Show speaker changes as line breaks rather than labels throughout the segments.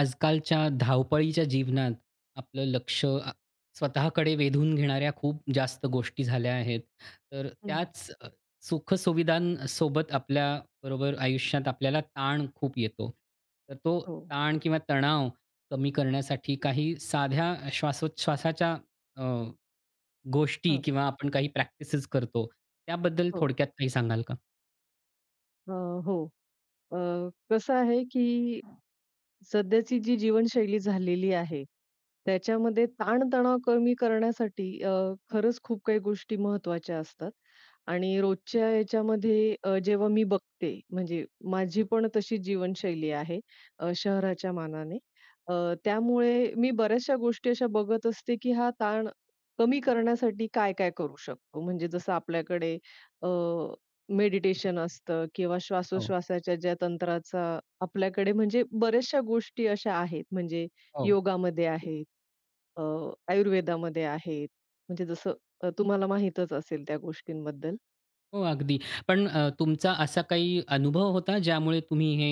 आजकालच्या धावपळीच्या जीवनात आपलं लक्ष स्वतःकडे वेधून घेणाऱ्या खूप जास्त गोष्टी झाल्या आहेत. तर
हं.
त्याच सुखसुविधांसोबत आपल्या बरोबर आयुष्यात आपल्याला ताण खूप येतो. तर तो
हो.
ताण किंवा तणाव कमी करण्यासाठी काही साध्या श्वासोच्छवासाच्या अ, गोष्टी
हं.
किंवा आपण काही प्रॅक्टिसेस करतो, त्याबद्दल
हो.
थोडक्यात काही सांगाल का?
अ, हो. अ, कसं आहे, की सध्याची जी जीवनशैली झालेली आहे, त्याच्यामध्ये ताणतणाव कमी करण्यासाठी खरंच खूप काही गोष्टी महत्त्वाच्या असतात. आणि रोजच्या याच्यामध्ये जेव्हा मी बघते, म्हणजे माझी पण तशी जीवनशैली आहे शहराच्या मानाने. अ, त्यामुळे मी बऱ्याचशा गोष्टी अशा बघत असते, की हा ताण कमी करण्यासाठी काय-काय करू शकतो. म्हणजे जसं आपल्याकडे मेडिटेशन असतं किंवा
हो,
श्वासोश्वासाच्या ज्या तंत्राचा आपल्याकडे म्हणजे बऱ्याचशा गोष्टी अशा आहेत. म्हणजे
हो.
योगामध्ये आहे, अ, आयुर्वेदामध्ये आहेत. म्हणजे जसं तुम्हाला माहीतच असेल त्या गोष्टींबद्दल.
हो, अगदी. पण तुमचा असा काही अनुभव होता ज्यामुळे तुम्ही हे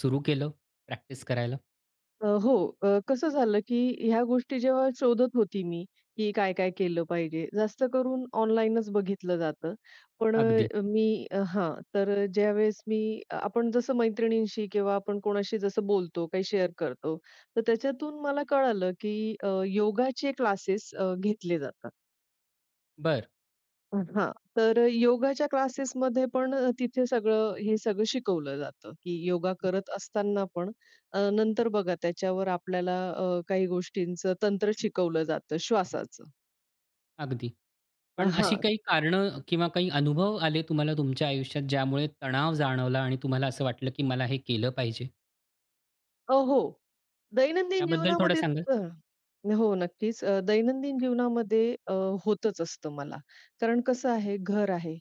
सुरू केलं प्रॅक्टिस करायला?
हो, कसं झालं, की ह्या गोष्टी जेव्हा शोधत होती मी, की काय-काय केलं पाहिजे, जास्त करून ऑनलाईनच बघितलं जातं. पण
अगदी.
हां, तर ज्यावेळेस मी आपण जसं मैत्रिणींशी किंवा आपण कोणाशी जसं बोलतो, काही शेअर करतो, तर त्याच्यातून मला कळालं, की योगाचे क्लासेस घेतले जातात.
बरं,
हां. तर योगाच्या क्लासेसमध्ये पण तिथे हे सगळं शिकवलं जातं, की योगा करत असताना पण नंतर बघा त्याच्यावर आपल्याला काही गोष्टींचं तंत्र शिकवलं जातं श्वासाचं.
अगदी. पण अशी
हां.
काही कारणं किंवा काही अनुभव आले तुम्हाला तुमच्या आयुष्यात ज्यामुळे तणाव जाणवला आणि तुम्हाला असं वाटलं की मला हे केलं पाहिजे?
हो. दैनंदिन
त्याबद्दल थोडं
जीवनामध्ये.
सांगाल?
अ, हो, नक्कीच. दैनंदिन जीवनामध्ये होतच असतं मला. कारण कसं आहे, घर आहे,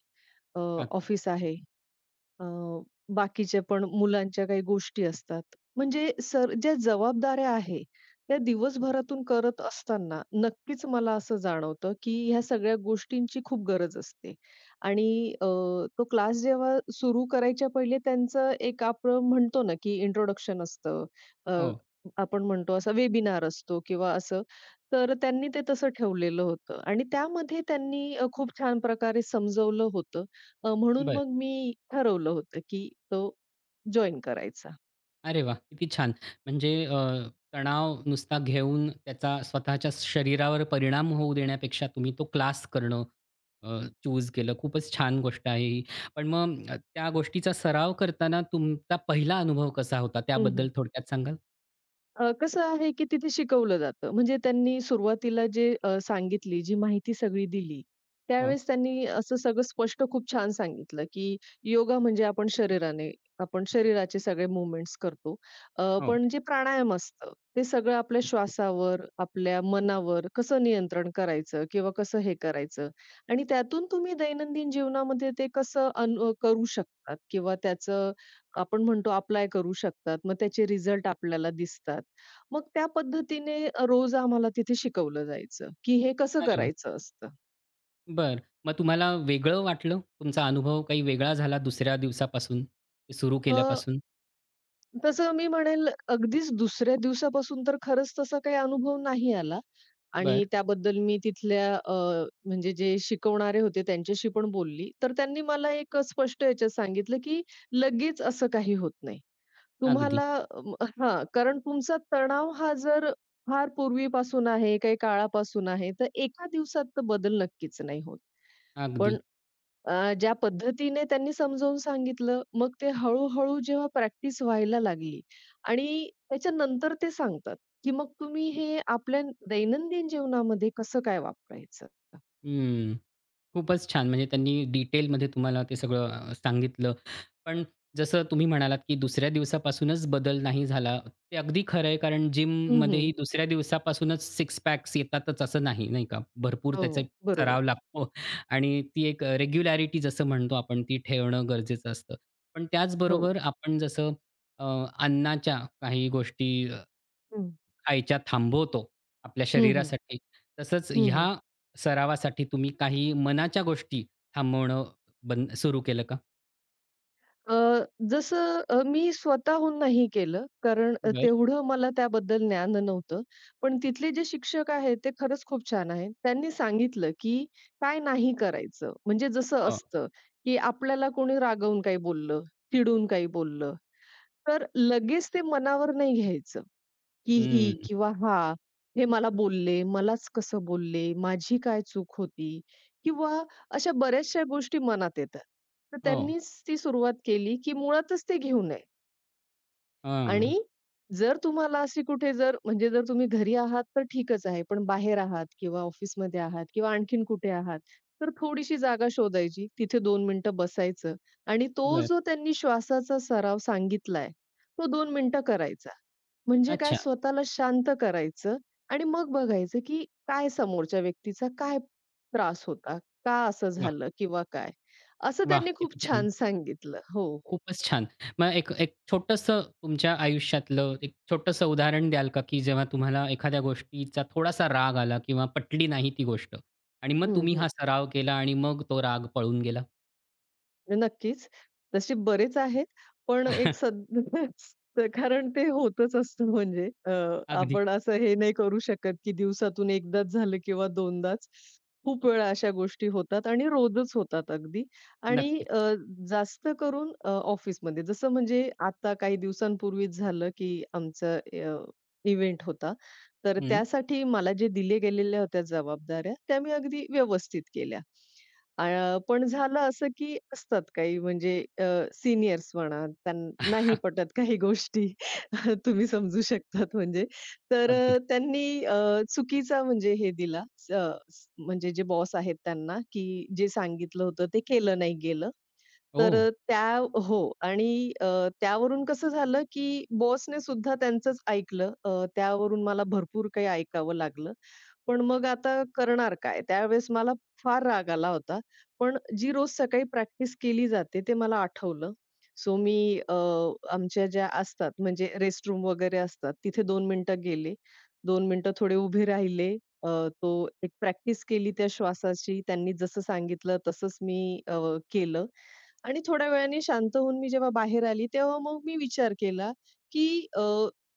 अ,
अग
ऑफिस आहे, अ, बाकीच्या पण मुलांच्या काही गोष्टी असतात. म्हणजे सर ज्या जबाबदाऱ्या आहे, त्या दिवसभरातून करत असताना नक्कीच मला असं जाणवतं, की ह्या सगळ्या गोष्टींची खूप गरज असते. आणि अ, तो क्लास जेव्हा सुरू करायच्या पहिले त्यांचं एक आपण म्हणतो ना, की इंट्रोडक्शन असतं. अ,
हो,
आपण म्हणतो असा वेबिनार असतो किंवा असं. तर त्यांनी ते तसं ठेवलेलं होतं आणि त्यामध्ये त्यांनी खूप छान प्रकारे समजवलं होतं, म्हणून
बरं.
मग मी ठरवलं होतं, की तो जॉइन करायचा.
अरे वा, किती छान. म्हणजे तणाव नुसता घेऊन त्याचा स्वतःच्या शरीरावर परिणाम होऊ देण्यापेक्षा तुम्ही तो क्लास करणं चूज केलं. खूपच छान गोष्ट आहे ही. पण मग त्या गोष्टीचा सराव करताना तुमचा पहिला अनुभव कसा होता? त्याबद्दल
हं,
थोडक्यात सांगाल?
कसं आहे, की तिथे शिकवलं जातं. म्हणजे त्यांनी सुरुवातीला जे सांगितली, जी माहिती सगळी दिली,
हो,
त्यावेळेस त्यांनी असं सगळं स्पष्ट खूप छान सांगितलं, की योगा म्हणजे आपण शरीराचे सगळे मूव्हमेंट्स करतो.
हो.
पण जे प्राणायाम असतं, ते सगळं आपल्या श्वासावर, आपल्या मनावर कसं नियंत्रण करायचं किंवा कसं हे करायचं आणि त्यातून तुम्ही दैनंदिन जीवनामध्ये ते कसं अन करू शकतात किंवा त्याचं आपण म्हणतो अप्लाय करू शकतात. मग त्याचे रिझल्ट आपल्याला दिसतात. मग त्या पद्धतीने रोज आम्हाला तिथे शिकवलं जायचं, की हे कसं
अरे वाह!
करायचं असतं.
बरं. मग तुम्हाला वेगळं वाटलं? तुमचा अनुभव काही वेगळा झाला दुसऱ्या दिवसापासून, ते सुरू
अ,
केल्यापासून?
तसं मी म्हणेल अगदीच दुसऱ्या दिवसापासून तर खरंच तसा काही अनुभव नाही आला आणि
बरं.
त्याबद्दल मी तिथल्या म्हणजे जे शिकवणारे होते त्यांच्याशी पण बोलली. तर त्यांनी मला एक स्पष्ट याच्यात सांगितलं, की लगेच असं काही होत नाही.
अगदी,
तुम्हाला अं, हां, कारण तुमचा तणाव हा जर फार पूर्वीपासून आहे, काही काळापासून आहे, तर एका दिवसात तर बदल नक्कीच नाही होत.
अगदी.
पण ज्या पद्धतीने त्यांनी समजावून सांगितलं, मग ते हळू-हळू जेव्हा प्रॅक्टिस व्हायला लागली आणि त्याच्यानंतर ते सांगतात, की मग तुम्ही हे आपल्या दैनंदिन जीवनामध्ये कसं काय वापरायचं?
हं. खूपच छान. म्हणजे त्यांनी डिटेलमध्ये तुम्हाला ते सगळं सांगितलं. पण जसं तुम्ही म्हणालात, की दुसऱ्या दिवसापासूनच बदल नाही झाला. ते अगदी खरं आहे, कारण
हं, हं.
जिममध्येही दुसऱ्या दिवसापासूनच सिक्स पॅक्स येतातच असं नाही, नाही का? भरपूर त्याचा एक
हो, बरोबर.
सराव लागतो आणि ती एक रेग्युलॅरिटी जसं म्हणतो आपण ती ठेवणं गरजेचं असतं. पण
हो.
त्याचबरोबर आपण जसं अ, अन्नाच्या काही गोष्टी
हं.
खायच्या थांबवतो आपल्या
हं, हं.
शरीरासाठी. तसंच ह्या
हं,
सरावासाठी तुम्ही काही मनाच्या गोष्टी थांबवणं बंद सुरू केलं का?
अ, जसं मी स्वतःहून नाही केलं, कारण
बरं.
तेवढं मला त्याबद्दल ज्ञान नव्हतं. पण तिथले जे शिक्षक आहेत, ते खरंच खूप छान आहेत. त्यांनी सांगितलं, की काय नाही करायचं. म्हणजे जसं
हो.
असतं, की आपल्याला कोणी रागवून काही बोललं, चिडून काही बोललं, तर लगेच ते मनावर नाही घ्यायचं. की ही
हं.
किंवा हा, हे मला बोलले, मलाच कसं बोलले, माझी काय चूक होती? किंवा अशा बऱ्याचशा गोष्टी मनात येतात. तर
हो.
त्यांनीच ती सुरुवात केली, की मुळातच ते घेऊ नये
हां.
आणि जर तुम्हाला अशी कुठे जर म्हणजे जर तुम्ही घरी आहात तर ठीकच आहे, पण बाहेर आहात किंवा ऑफिसमध्ये आहात किंवा आणखीन कुठे आहात, तर थोडीशी जागा शोधायची, तिथे 2 मिनिटं बसायचं आणि तो
बरं.
जो त्यांनी श्वासाचा सराव सांगितलाय, तो 2 मिनिटं करायचा. म्हणजे काय
अच्छा.
स्वतःला शांत करायचं आणि मग बघायचं, की काय समोरच्या व्यक्तीचा काय त्रास होता? का असं
वाह!
झालं किंवा काय? असं
वाह!
त्यांनी खूप
किती छान.
छान सांगितलं. हो, हो.
खूपच छान. मग एक एक छोटंसं तुमच्या आयुष्यातलं एक छोटंसं उदाहरण द्याल का, की जेव्हा तुम्हाला एखाद्या गोष्टीचा थोडासा राग आला किंवा पटली नाही ती गोष्ट आणि मग
हं,
तुम्ही हा
हं.
सराव केला आणि मग तो राग पळून गेला?
म्हणजे नक्कीच. तसे बरेच आहेत, पण एक सद कारण ते होतच असतं म्हणजे.
अगदी.
आपण असं हे नाही करू शकत, की दिवसातून एकदाच झालं किंवा दोनदाच. खूप वेळा अशा गोष्टी होतात आणि रोजच होतात अगदी. आणि अ,
नक्कीच.
जास्त करून अ, ऑफिसमध्ये. जसं म्हणजे आता काही दिवसांपूर्वीच झालं, की आमचं इव्हेंट होता. तर
हं.
त्यासाठी मला जे दिले गेलेल्या होत्या जबाबदाऱ्या, त्या मी अगदी व्यवस्थित केल्या. पण झालं असं, की असतात काही म्हणजे सीनियर्स म्हणा, त्यांना नाही पटत काही गोष्टी. तुम्ही समजू शकतात म्हणजे. तर
अगदी.
त्यांनी चुकीचा म्हणजे हे दिला, अ, म्हणजे जे बॉस आहेत त्यांना, की जे सांगितलं होतं ते केलं नाही गेलं.
हो.
तर अ, त्या हो आणि अ, त्यावरून कसं झालं, की बॉसने सुद्धा त्यांचंच ऐकलं. त्यावरून मला भरपूर काही ऐकावं लागलं. पण मग आता करणार काय? त्यावेळेस मला फार राग आला होता. पण जी रोज सकाळी प्रॅक्टिस केली जाते ते मला आठवलं. सो मी अ, आमच्या ज्या असतात म्हणजे रेस्टरूम वगैरे असतात, तिथे दोन मिनिटं गेले. दोन मिनिटं थोडे उभे राहिले. अ, तो एक प्रॅक्टिस केली त्या श्वासाची. त्यांनी जसं सांगितलं तसंच मी केलं आणि थोड्या वेळाने शांत होऊन मी जेव्हा बाहेर आली, तेव्हा मग मी विचार केला, की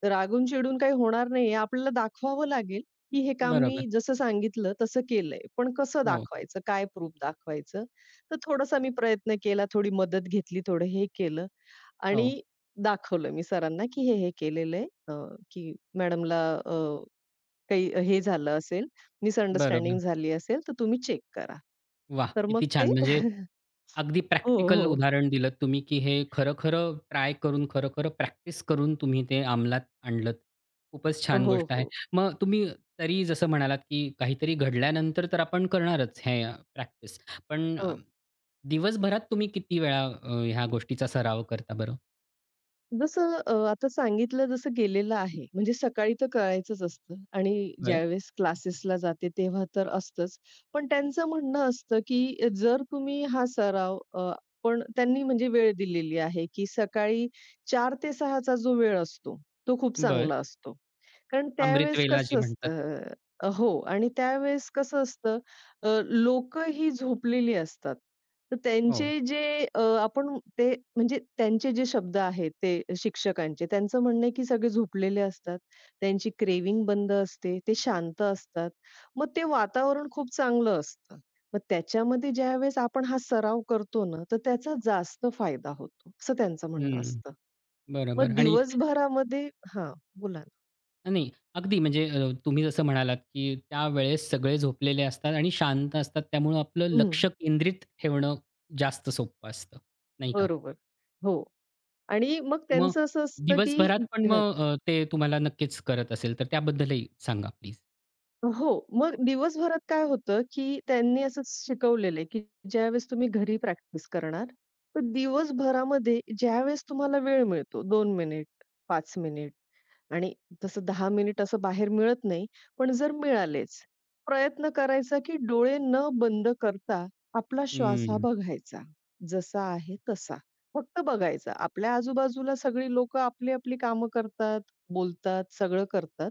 रागून चिडून काही होणार नाहीये. आपल्याला दाखवावं लागेल. की हे काम
बरोबर.
मी जसं सांगितलं तसं केलंय. पण कसं
हो.
दाखवायचं? काय प्रूफ दाखवायचं? तर थोडासा मी प्रयत्न केला, थोडी मदत घेतली, थोडं हे केलं
हो.
आणि दाखवलं मी सरांना, की हे केलेलं आहे. की मॅडमला काही हे झालं असेल, मिसअंडरस्टँडिंग
बरोबर.
झाली असेल, तर तुम्ही चेक करा.
वाह!
तर मग
किती
ते
छान. म्हणजे अगदी
हो,
प्रॅक्टिकल
हो.
उदाहरण दिलंत तुम्ही, की हे खरं-खरं ट्राय करून, खरं-खरं प्रॅक्टिस करून तुम्ही ते अंमलात आणलंत. खूपच छान
हो,
गोष्ट आहे.
हो.
मग तुम्ही तरी जसं म्हणालात, की काहीतरी घडल्यानंतर तर आपण करणारच हे प्रॅक्टिस. पण
हो.
दिवसभरात तुम्ही किती वेळा ह्या गोष्टीचा सराव करता बरं?
जसं आता सांगितलं जसं गेलेलं आहे. म्हणजे सकाळी तर कळायचंच असतं आणि
बरं,
ज्यावेळेस क्लासेसला जाते तेव्हा तर असतंच. पण त्यांचं म्हणणं असतं, की जर तुम्ही हा सराव अ, पण त्यांनी म्हणजे वेळ दिलेली आहे, की सकाळी 4 ते 6 जो वेळ असतो, तो खूप
बरं.
चांगला असतो. कारण
अमृत
त्यावेळेस
वेला जी
कसं
म्हणतात.
असतं अ, हो आणि त्यावेळेस कसं असतं, लोकं ही झोपलेली असतात. तर
हो.
त्यांचे जे अ, आपण ते म्हणजे त्यांचे जे शब्द आहेत ते शिक्षकांचे, त्यांचं म्हणणं आहे की सगळे झोपलेले असतात. त्यांची क्रेव्हिंग बंद असते, ते शांत असतात. मग ते वातावरण खूप चांगलं असतं. मग त्याच्यामध्ये ज्यावेळेस आपण हा सराव करतो ना, तर त्याचा जास्त फायदा होतो, असं त्यांचं म्हणणं
हं.
असतं.
बरोबर
मग
आणि
दिवसभरामध्ये, हां, बोला ना.
नाही, अगदी म्हणजे तुम्ही जसं म्हणालात, की त्यावेळेस सगळे झोपलेले असतात आणि शांत असतात. त्यामुळं आपलं
हं.
लक्ष केंद्रित ठेवणं जास्त सोपं असतं, नाही का?
बरोबर. हो. आणि मग
मग
त्यांचं असं असतं, की
दिवसभरात पण
ह,
मग ते तुम्हाला नक्कीच करत असेल, तर त्याबद्दलही सांगा प्लीज?
हो. मग दिवसभरात काय होतं, की त्यांनी असंच शिकवलेलं आहे, की ज्यावेळेस तुम्ही घरी प्रॅक्टिस करणार, तर दिवसभरामध्ये ज्यावेळेस तुम्हाला वेळ मिळतो दोन मिनिट, पाच मिनिट आणि तसं दहा मिनिट असं बाहेर मिळत नाही. पण जर मिळालेच, प्रयत्न करायचा की डोळे न बंद करता आपला श्वास हा
हं.
बघायचा. जसा आहे तसा. फक्त बघायचा. आपल्या आजूबाजूला सगळी लोकं आपली-आपली कामं करतात, बोलतात, सगळं करतात.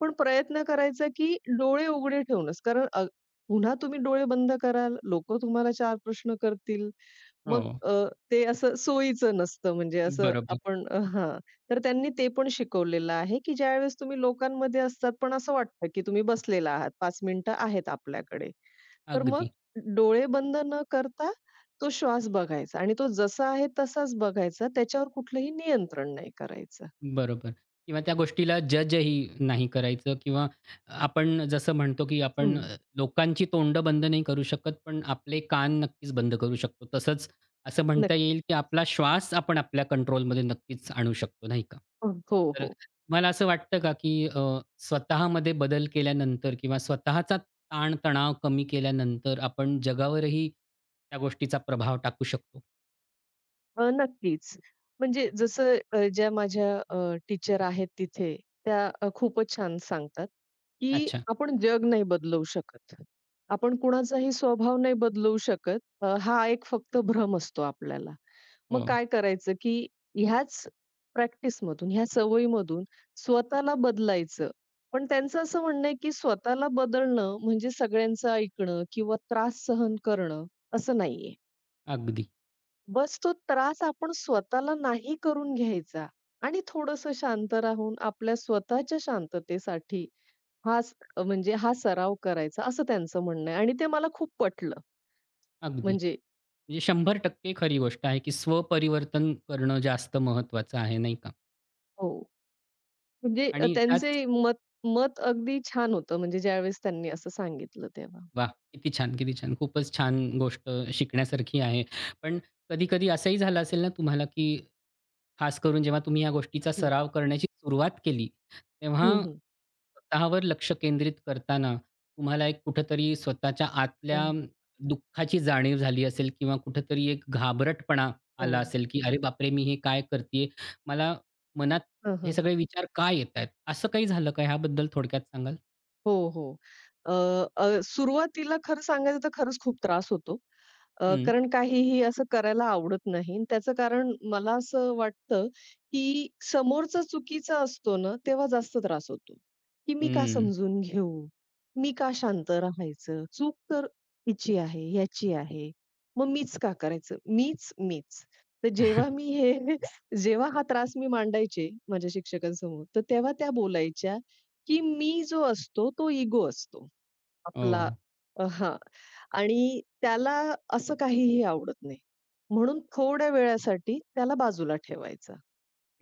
पण प्रयत्न करायचा की डोळे उघडे ठेवूनच. कारण पुन्हा तुम्ही डोळे बंद कराल, लोकं तुम्हाला 4 प्रश्न करतील. मग
हो,
ते असं सोयीचं नसतं म्हणजे असं
बरोबर.
आपण हां. तर त्यांनी ते पण शिकवलेलं आहे, की ज्यावेळेस तुम्ही लोकांमध्ये असतात, पण असं वाटतं, की तुम्ही बसलेला आहात, 5 मिनिटं आहेत आपल्याकडे. तर मग
अगदी.
डोळे बंद न करता तो श्वास बघायचा आणि तो जसा आहे तसाच बघायचा. त्याच्यावर कुठलंही नियंत्रण नाही करायचं.
बरोबर किंवा त्या गोष्टीला जजही नाही करायचं किंवा आपण जसं म्हणतो, की आपण
हं.
लोकांची तोंडं बंद नाही करू शकत, पण आपले कान नक्कीच बंद करू शकतो. तसंच असं म्हणता
नक्की.
येईल, की आपला श्वास आपण आपल्या कंट्रोलमध्ये नक्कीच आणू शकतो, नाही का?
हो,
तर
हो.
तुम्हाला असं वाटतं का, की स्वतःमध्ये बदल केल्यानंतर किंवा स्वतःचा ताण-तणाव कमी केल्यानंतर आपण जगावरही त्या गोष्टीचा प्रभाव टाकू शकतो?
नक्कीच. म्हणजे जसं ज्या माझ्या टीचर आहेत तिथे, त्या खूपच छान सांगतात, की
अच्छा.
आपण जग नाही बदलवू शकत. आपण कुणाचाही स्वभाव नाही बदलवू शकत. हा एक फक्त भ्रम असतो आपल्याला. मग
हो.
काय करायचं, की ह्याच प्रॅक्टिसमधून, ह्या सवयीमधून स्वतःला बदलायचं. पण त्यांचं असं म्हणणं आहे, की स्वतःला बदलणं म्हणजे सगळ्यांचं ऐकणं किंवा त्रास सहन करणं असं नाहीये.
अगदी,
बस तो त्रास आपण स्वतःला नाही करून घ्यायचा आणि थोडंसं शांत राहून आपल्या स्वतःच्या शांततेसाठी हा स म्हणजे हा सराव करायचा असं त्यांचं म्हणणं आहे आणि ते मला खूप पटलं.
अगदी.
म्हणजे
म्हणजे 100% खरी गोष्ट आहे, की स्वपरिवर्तन करणं जास्त महत्त्वाचं आहे, नाही का?
हो, म्हणजे
आणि त्याच
त्यांचे मत मत अगदी छान होतं म्हणजे ज्यावेळेस त्यांनी असं सांगितलं तेव्हा.
वाह! किती छान, किती छान. खूपच छान गोष्ट शिकण्यासारखी आहे. पण कधी-कधी असंही झालं असेल ना तुम्हाला, की खास करून जेव्हा तुम्ही या गोष्टीचा
हं,
सराव करण्याची सुरुवात केली, तेव्हा
हं, हं.
स्वतःवर लक्ष केंद्रित करताना तुम्हाला एक कुठेतरी स्वतःच्या आतल्या
हं,
दुःखाची जाणीव झाली असेल किंवा कुठेतरी एक घाबरटपणा
हो.
आला असेल, की "अरे बापरे! मी हे काय करतीये? मला मनात
हं,
हे
हं.
सगळे विचार का येतायत?" असं काही झालं का? ह्याबद्दल थोडक्यात सांगाल?
हो, हो. अ, अ, सुरुवातीला खरं सांगायचं तर खरंच खूप त्रास होतो.
हं,
कारण काहीही असं करायला आवडत नाही आणि त्याचं कारण मला असं वाटतं, की समोरचा चुकीचा असतो ना, तेव्हा जास्त त्रास होतो, की मी का
हं.
समजून घेऊ? मी का शांत राहायचं? चूक तर हिची आहे, ह्याची आहे. मग मीच का करायचं? मीच, मीच. तर जेव्हा मी हे जेव्हा हा त्रास मी मांडायचे माझ्या शिक्षकांसमोर, तर तेव्हा त्या बोलायच्या, की मी जो असतो तो इगो असतो.
हो.
आपला हां. आणि त्याला असं काहीही आवडत नाही. म्हणून थोड्या वेळासाठी त्याला बाजूला ठेवायचा.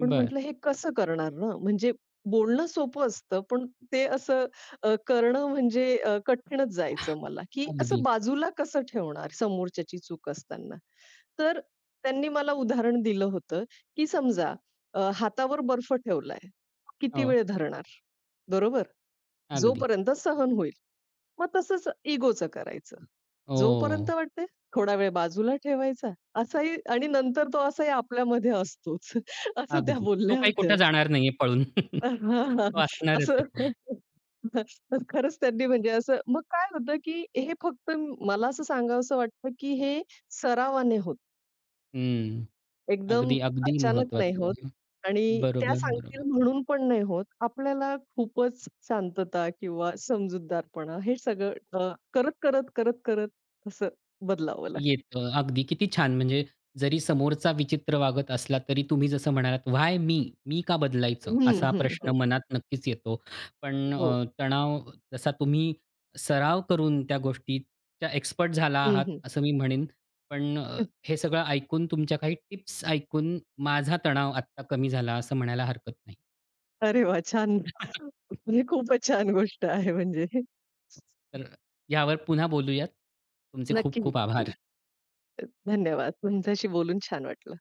पण
बरं.
म्हटलं हे कसं करणार ना? म्हणजे बोलणं सोपं असतं, पण ते असं करणं म्हणजे कठीणच जायचं मला, की
अगदी.
असं बाजूला कसं ठेवणार समोरच्याची चूक असताना. तर त्यांनी मला उदाहरण दिलं होतं, की समजा हातावर बर्फ ठेवलाय, किती
हो,
वेळ धरणार? बरोबर?
अगदी.
जोपर्यंत सहन होईल. मग तसंच इगोचं करायचं. जोपर्यंत
हो,
वाटतंय थोडा वेळ बाजूला ठेवायचा, असाही आणि नंतर तो असाही आपल्यामध्ये असतोच. असं त्या
अगदी. तो
बोलल्या
काही
होत्या.
कुठे जाणार नाहीये पळून.
हां, हां.
तो असणारच
असं
आहे.
खरंच त्यांनी म्हणजे असं मग काय होतं, की हे फक्त मला असं सांगावसं वाटतं, की हे सरावाने होतं.
हं.
एकदम
अगदी, अगदी
अचानक नाही
महत्वाचं
होत
आहे.
आणि त्या
बरोबर, बरोबर.
सांगतील म्हणून पण नाही होत. आपल्याला खूपच शांतता किंवा समजूतदारपणा हे सगळं करत, करत, करत, करत असं बदलावं लागतं.
येतं. अगदी किती छान म्हणजे जरी समोरचा विचित्र वागत असला तरी तुम्ही जसं म्हणालात, "व्हाय मी? मी का बदलायचं?"
हं,
असा
हं,
प्रश्न
हं.
मनात नक्कीच येतो. पण
हो.
तणाव जसा तुम्ही सराव करून त्या गोष्टीच्या एक्सपर्ट झाला
हं,
आहात
हं.
असं मी म्हणेन. पण हे सगळं ऐकून तुमच्या काही टिप्स ऐकून माझा तणाव आत्ता कमी झाला असं म्हणायला हरकत नाही.
अरे वाह! छान. म्हणजे खूपच छान गोष्ट आहे म्हणजे.
तर यावर पुन्हा बोलूयात. तुमचे खूप
नक्की,
खूप
नक्की.
आभार.
धन्यवाद. तुमच्याशी बोलून छान वाटलं.